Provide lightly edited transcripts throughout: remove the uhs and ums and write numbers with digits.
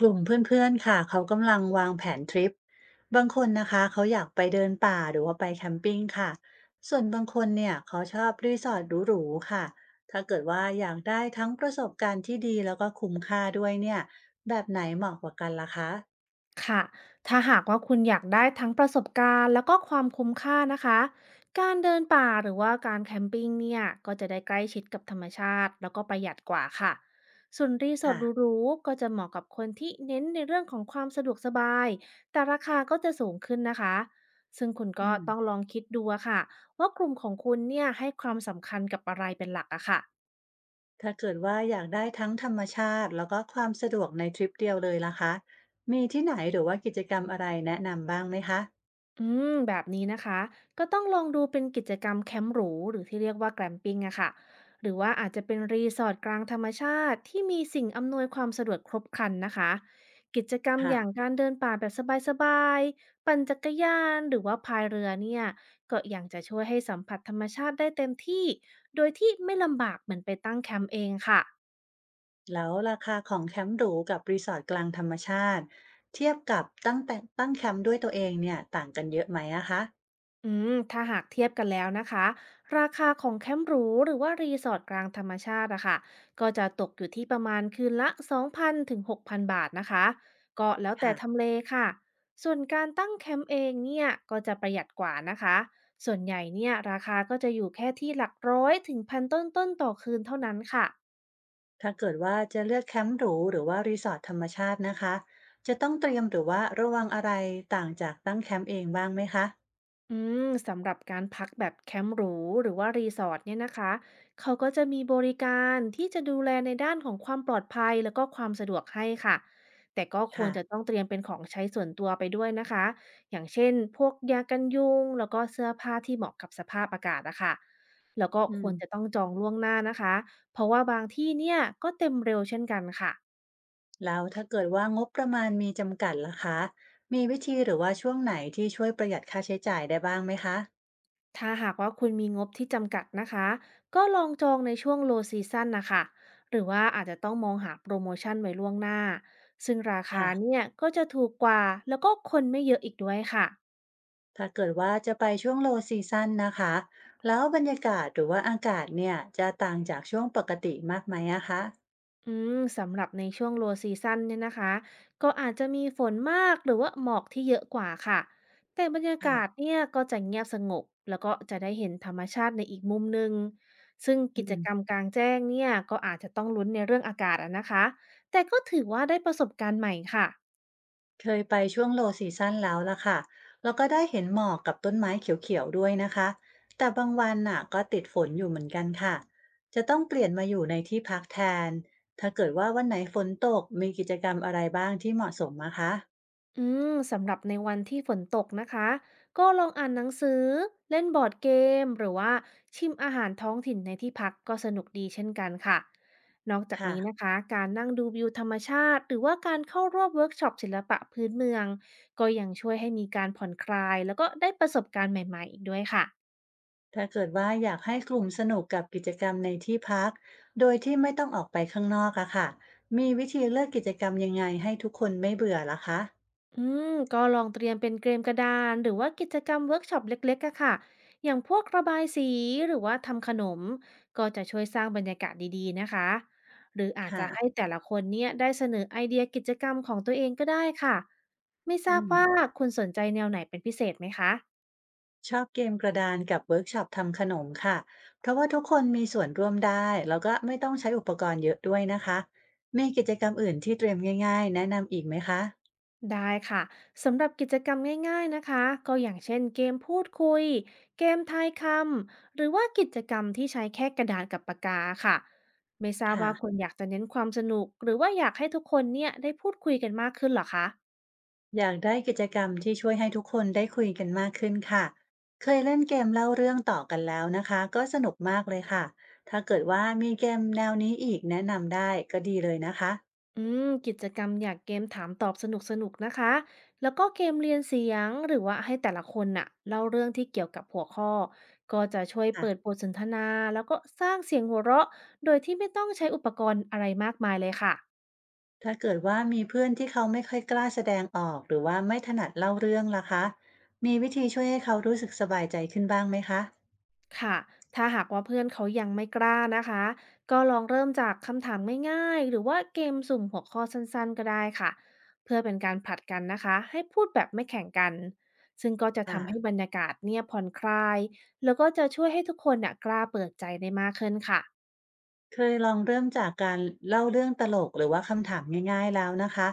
กลุ่มเพื่อนๆค่ะเขากำลังวางแผนทริปบางคนนะคะเขาอยากไปเดินป่าหรือว่าไปแคมปิ้งค่ะ ส่วนบางคนเนี่ยเขาชอบรีสอร์ทหรูๆค่ะถ้าเกิดว่าอยากได้ทั้งประสบการณ์ที่ดีแล้วก็คุ้มค่าด้วยเนี่ยแบบไหนเหมาะกว่ากันล่ะคะค่ะถ้าหากว่าคุณอยากได้ทั้งประสบการณ์แล้วก็ความคุ้มค่านะคะการเดินป่าหรือว่าการแคมปิ้งเนี่ยก็จะได้ใกล้ชิดกับธรรมชาติแล้วก็ประหยัดกว่าค่ะส่วนรีสอร์ทค่ะหรูๆก็จะเหมาะกับคนที่เน้นในเรื่องของความสะดวกสบาย แต่ราคาก็จะสูงขึ้นนะคะ ซึ่งคุณอืก็มต้องลองคิดดูอะค่ะว่ากลุ่มของคุณเนี่ยให้ความสำคัญกับอะไรเป็นหลักอะค่ะ ถ้าเกิดว่าอยากได้ทั้งธรรมชาติแล้วก็ความสะดวกในทริปเดียวเลยล่ะคะมีที่ไหนหรือว่ากิจกรรมอะไรแนะนำบ้างไหมคะแบบนี้นะคะก็ต้องลองดูเป็นกิจกรรมแคมป์หรูหรือที่เรียกว่าแก มปิ้งอะค่ะหรือว่าอาจจะเป็นรีสอร์ทกลางธรรมชาติที่มีสิ่งอำนวยความสะดวกครบครันนะคะกิจกรรมค่ะ อย่างการเดินป่าแบบสบายๆปั่นจักรยานหรือว่าพายเรือเนี่ยก็ยังจะช่วยให้สัมผัสธรรมชาติได้เต็มที่โดยที่ไม่ลำบากเหมือนไปตั้งแคมป์เองค่ะ แล้วราคาของแคมป์หรูกับรีสอร์ทกลางธรรมชาติเทียบกับตั้งแต่ตั้งแคมป์ด้วยตัวเองเนี่ยต่างกันเยอะไหมอะคะถ้าหากเทียบกันแล้วนะคะราคาของแคมป์หรูหรือว่ารีสอร์ทกลางธรรมชาติอะค่ะก็จะตกอยู่ที่ประมาณคืนละ2,000ถึง6,000บาทนะคะก็แล้วแต่ทำค่ะเลค่ะส่วนการตั้งแคมป์เองเนี่ยก็จะประหยัดกว่านะคะส่วนใหญ่เนี่ยราคาก็จะอยู่แค่ที่หลักร้อยถึงพันต้นๆต่อคืนเท่านั้นค่ะ ถ้าเกิดว่าจะเลือกแคมป์หรูหรือว่ารีสอร์ทธรรมชาตินะคะจะต้องเตรียมหรือว่าระวังอะไรต่างจากตั้งแคมป์เองบ้างไหมคะอืมสำหรับการพักแบบแคมป์หรูหรือว่ารีสอร์ทเนี่ยนะคะเขาก็จะมีบริการที่จะดูแลในด้านของความปลอดภัยแล้วก็ความสะดวกให้ค่ะแต่ก็ควค่ะรจะต้องเตรียมเป็นของใช้ส่วนตัวไปด้วยนะคะอย่างเช่นพวกยากันยุงแล้วก็เสื้อผ้าที่เหมาะกับสภาพอากาศนะคะแล้วก็อืคมวรจะต้องจองล่วงหน้านะคะเพราะว่าบางที่เนี่ยก็เต็มเร็วเช่นกันค่ะ แล้วถ้าเกิดว่างบประมาณมีจำกัดล่ะคะมีวิธีหรือว่าช่วงไหนที่ช่วยประหยัดค่าใช้จ่ายได้บ้างไหมคะถ้าหากว่าคุณมีงบที่จำกัดนะคะก็ลองจองในช่วง low season นะคะหรือว่าอาจจะต้องมองหาโปรโมชั่นไว้ล่วงหน้าซึ่งราคาค่ะ เนี่ยก็จะถูกกว่าแล้วก็คนไม่เยอะอีกด้วยค่ะ ถ้าเกิดว่าจะไปช่วง low season นะคะแล้วบรรยากาศหรือว่าอากาศเนี่ยจะต่างจากช่วงปกติมากไหมอะคะสำหรับในช่วง Low Season เนี่ยนะคะก็อาจจะมีฝนมากหรือว่าหมอกที่เยอะกว่าค่ะแต่บรรยากาศค่ะเนี่ยก็จะเงียบสงบแล้วก็จะได้เห็นธรรมชาติในอีกมุมหนึ่งซึ่งอืกิจมกรรมกลางแจ้งเนี่ยก็อาจจะต้องลุ้นในเรื่องอากาศอะนะคะแต่ก็ถือว่าได้ประสบการณ์ใหม่ค่ะ เคยไปช่วง low season แล้วล่ะค่ะแล้วก็ได้เห็นหมอกกับต้นไม้เขียวๆด้วยนะคะแต่บางวันน่ะก็ติดฝนอยู่เหมือนกันค่ะจะต้องเปลี่ยนมาอยู่ในที่พักแทน ถ้าเกิดว่าวันไหนฝนตกมีกิจกรรมอะไรบ้างที่เหมาะสมนะคะอืสำหรับในวันที่ฝนตกนะคะก็ลองอ่านหนังสือเล่นบอร์ดเกมหรือว่าชิมอาหารท้องถิ่นในที่พักก็สนุกดีเช่นกันค่ะนอกจากค่ะ นี้นะคะการนั่งดูวิวธรรมชาติหรือว่าการเข้าร่วมเวิร์กช็อปศิลปะพื้นเมืองก็ยังช่วยให้มีการผ่อนคลายแล้วก็ได้ประสบการณ์ใหม่ๆอีกด้วยค่ะ ถ้าเกิดว่าอยากให้กลุ่มสนุกกับกิจกรรมในที่พักโดยที่ไม่ต้องออกไปข้างนอกอะค่ะมีวิธีเลือกกิจกรรมยังไงให้ทุกคนไม่เบื่อล่ะคะอืมก็ลองเตรียมเป็นเกมกระดานหรือว่ากิจกรรมเวิร์กช็อปเล็กๆอะค่ะอย่างพวกระบายสีหรือว่าทำขนมก็จะช่วยสร้างบรรยากาศดีๆนะคะหรืออาจค่ะจะให้แต่ละคนเนี่ยได้เสนอไอเดียกิจกรรมของตัวเองก็ได้ค่ะไม่ทราอืบมว่าคุณสนใจแนวไหนเป็นพิเศษไหมคะ ชอบเกมกระดานกับเวิร์กช็อปทำขนมค่ะเพราะว่าทุกคนมีส่วนร่วมได้แล้วก็ไม่ต้องใช้อุปกรณ์เยอะด้วยนะคะมีกิจกรรมอื่นที่เตรียมง่ายๆแนะนำอีกไหมคะได้ค่ะสำหรับกิจกรรมง่ายๆนะคะก็อย่างเช่นเกมพูดคุยเกมทายคำหรือว่ากิจกรรมที่ใช้แค่กระดานกับปากกาค่ะไม่ทราบค่ะ ว่าคนอยากจะเน้นความสนุกหรือว่าอยากให้ทุกคนเนี่ยได้พูดคุยกันมากขึ้นเหรอคะอยากได้กิจกรรมที่ช่วยให้ทุกคนได้คุยกันมากขึ้นค่ะ เคยเล่นเกมเล่าเรื่องต่อกันแล้วนะคะก็สนุกมากเลยค่ะ ถ้าเกิดว่ามีเกมแนวนี้อีกแนะนำได้ก็ดีเลยนะคะกิจกรรมอยากเกมถามตอบสนุกๆนกนะคะแล้วก็เกมเรียนเสียงหรือว่าให้แต่ละคนน่ะเล่าเรื่องที่เกี่ยวกับหัวข้อก็จะช่วยอ่ะเปิดบทสนทนาแล้วก็สร้างเสียงหัวเราะโดยที่ไม่ต้องใช้อุปกรณ์อะไรมากมายเลยค่ะ ถ้าเกิดว่ามีเพื่อนที่เขาไม่ค่อยกล้าแสดงออกหรือว่าไม่ถนัดเล่าเรื่องล่ะคะมีวิธีช่วยให้เขารู้สึกสบายใจขึ้นบ้างไหมคะค่ะถ้าหากว่าเพื่อนเขายังไม่กล้านะคะ ก็ลองเริ่มจากคำถามง่ายๆหรือว่าเกมสุ่มหัวข้อสั้นๆก็ได้ค่ะ เพื่อเป็นการผลัดกันนะคะ ให้พูดแบบไม่แข่งกัน ซึ่งก็จะทำให้ค่ะ บรรยากาศเนี่ยผ่อนคลาย แล้วก็จะช่วยให้ทุกคนน่ะกล้าเปิดใจได้มากขึ้นค่ะ เคยลองเริ่มจากการเล่าเรื่องตลกหรือว่าคำถามง่ายๆแล้วนะคะ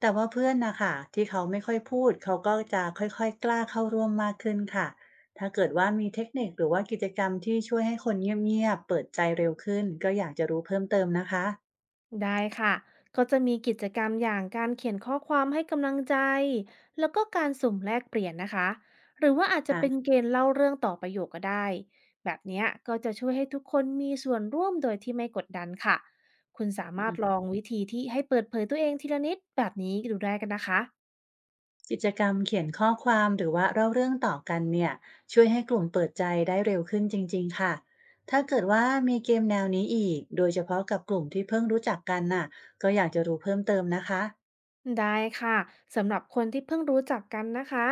แต่ว่าเพื่อนนะคะที่เขาไม่ค่อยพูดเขาก็จะค่อยๆกล้าเข้าร่วมมากขึ้นค่ะถ้าเกิดว่ามีเทคนิคหรือว่ากิจกรรมที่ช่วยให้คนเงียบๆเปิดใจเร็วขึ้นก็อยากจะรู้เพิ่มเติมนะคะได้ค่ะ ก็จะมีกิจกรรมอย่างการเขียนข้อความให้กำลังใจ แล้วก็การสุ่มแลกเปลี่ยนนะคะ หรือว่าอาจจะเป็นค่เกณฑ์เล่าเรื่องต่อประโยคก็ได้ แบบเนี้ยก็จะช่วยให้ทุกคนมีส่วนร่วมโดยที่ไม่กดดันค่ะ คุณสามารถละ องวิธีที่ให้เปิดเผยตัวเองทีละนิดแบบนี้ดูได้กันนะคะ กิจกรรมเขียนข้อความหรือว่าเล่าเรื่องต่อกันเนี่ยช่วยให้กลุ่มเปิดใจได้เร็วขึ้นจริงๆค่ะถ้าเกิดว่ามีเกมแนวนี้อีกโดยเฉพาะกับกลุ่มที่เพิ่งรู้จักกันน่ะก็อยากจะรู้เพิ่มเติมนะคะได้ค่ะสำหรับคนที่เพิ่งรู้จักกันนะคะ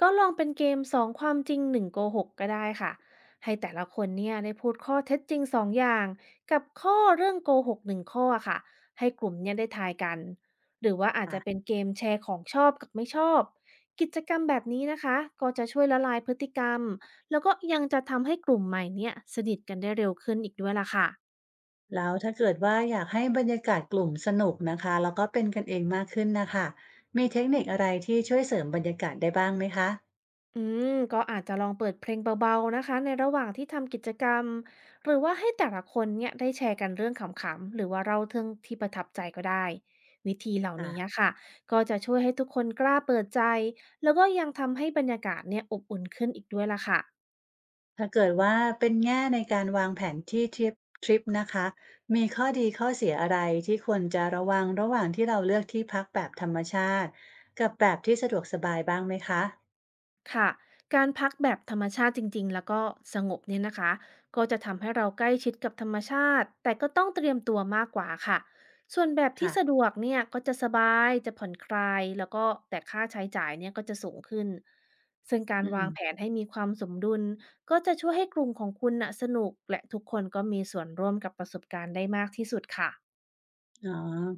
ก็ลองเป็นเกมสองความจริงหนึ่งโกหกก็ได้ค่ะให้แต่ละคนเนี่ยได้พูดข้อเท็จจริงสองอย่างกับข้อเรื่องโกหกหนึ่งข้อค่ะให้กลุ่มเนี่ยได้ทายกันหรือว่าอาจอ่ะจะเป็นเกมแชร์ของชอบกับไม่ชอบกิจกรรมแบบนี้นะคะก็จะช่วยละลายพฤติกรรมแล้วก็ยังจะทำให้กลุ่มใหม่เนี่ยสนิทกันได้เร็วขึ้นอีกด้วยล่ะค่ะ แล้วถ้าเกิดว่าอยากให้บรรยากาศกลุ่มสนุกนะคะแล้วก็เป็นกันเองมากขึ้นนะคะมีเทคนิคอะไรที่ช่วยเสริมบรรยากาศได้บ้างไหมคะอืก็อาจจะลองเปิดเพลงเบาๆนะคะในระหว่างที่ทำกิจกรรมหรือว่าให้แต่ละคนเนี่ยได้แชร์กันเรื่องขำๆหรือว่าเล่าเรื่องที่ประทับใจก็ได้วิธีเหล่าอ่ะ นี้ค่ะก็จะช่วยให้ทุกคนกล้าเปิดใจแล้วก็ยังทำให้บรรยากาศเนี่ยอบอุ่นขึ้นอีกด้วยล่ะค่ะ ถ้าเกิดว่าเป็นแง่ในการวางแผนที่ทริปนะคะมีข้อดีข้อเสียอะไรที่ควรจะระวังระหว่างที่เราเลือกที่พักแบบธรรมชาติกับแบบที่สะดวกสบายบ้างไหมคะค่ะการพักแบบธรรมชาติจริงๆ แล้วก็สงบเนี่ยนะคะก็จะทำให้เราใกล้ชิดกับธรรมชาติแต่ก็ต้องเตรียมตัวมากกว่าค่ะส่วนแบบที่ค่ะสะดวกเนี่ยก็จะสบายจะผ่อนคลายแล้วก็แต่ค่าใช้จ่ายเนี่ยก็จะสูงขึ้นซึ่งการอืมวางแผนให้มีความสมดุลก็จะช่วยให้กลุ่มของคุณน่ะสนุกและทุกคนก็มีส่วนร่วมกับประสบการณ์ได้มากที่สุดค่ะอ๋อ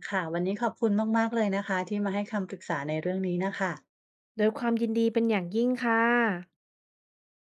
ค่ะวันนี้ขอบคุณมากๆเลยนะคะที่มาให้คำปรึกษาในเรื่องนี้น่ะค่ะโดยความยินดีเป็นอย่างยิ่งค่ะ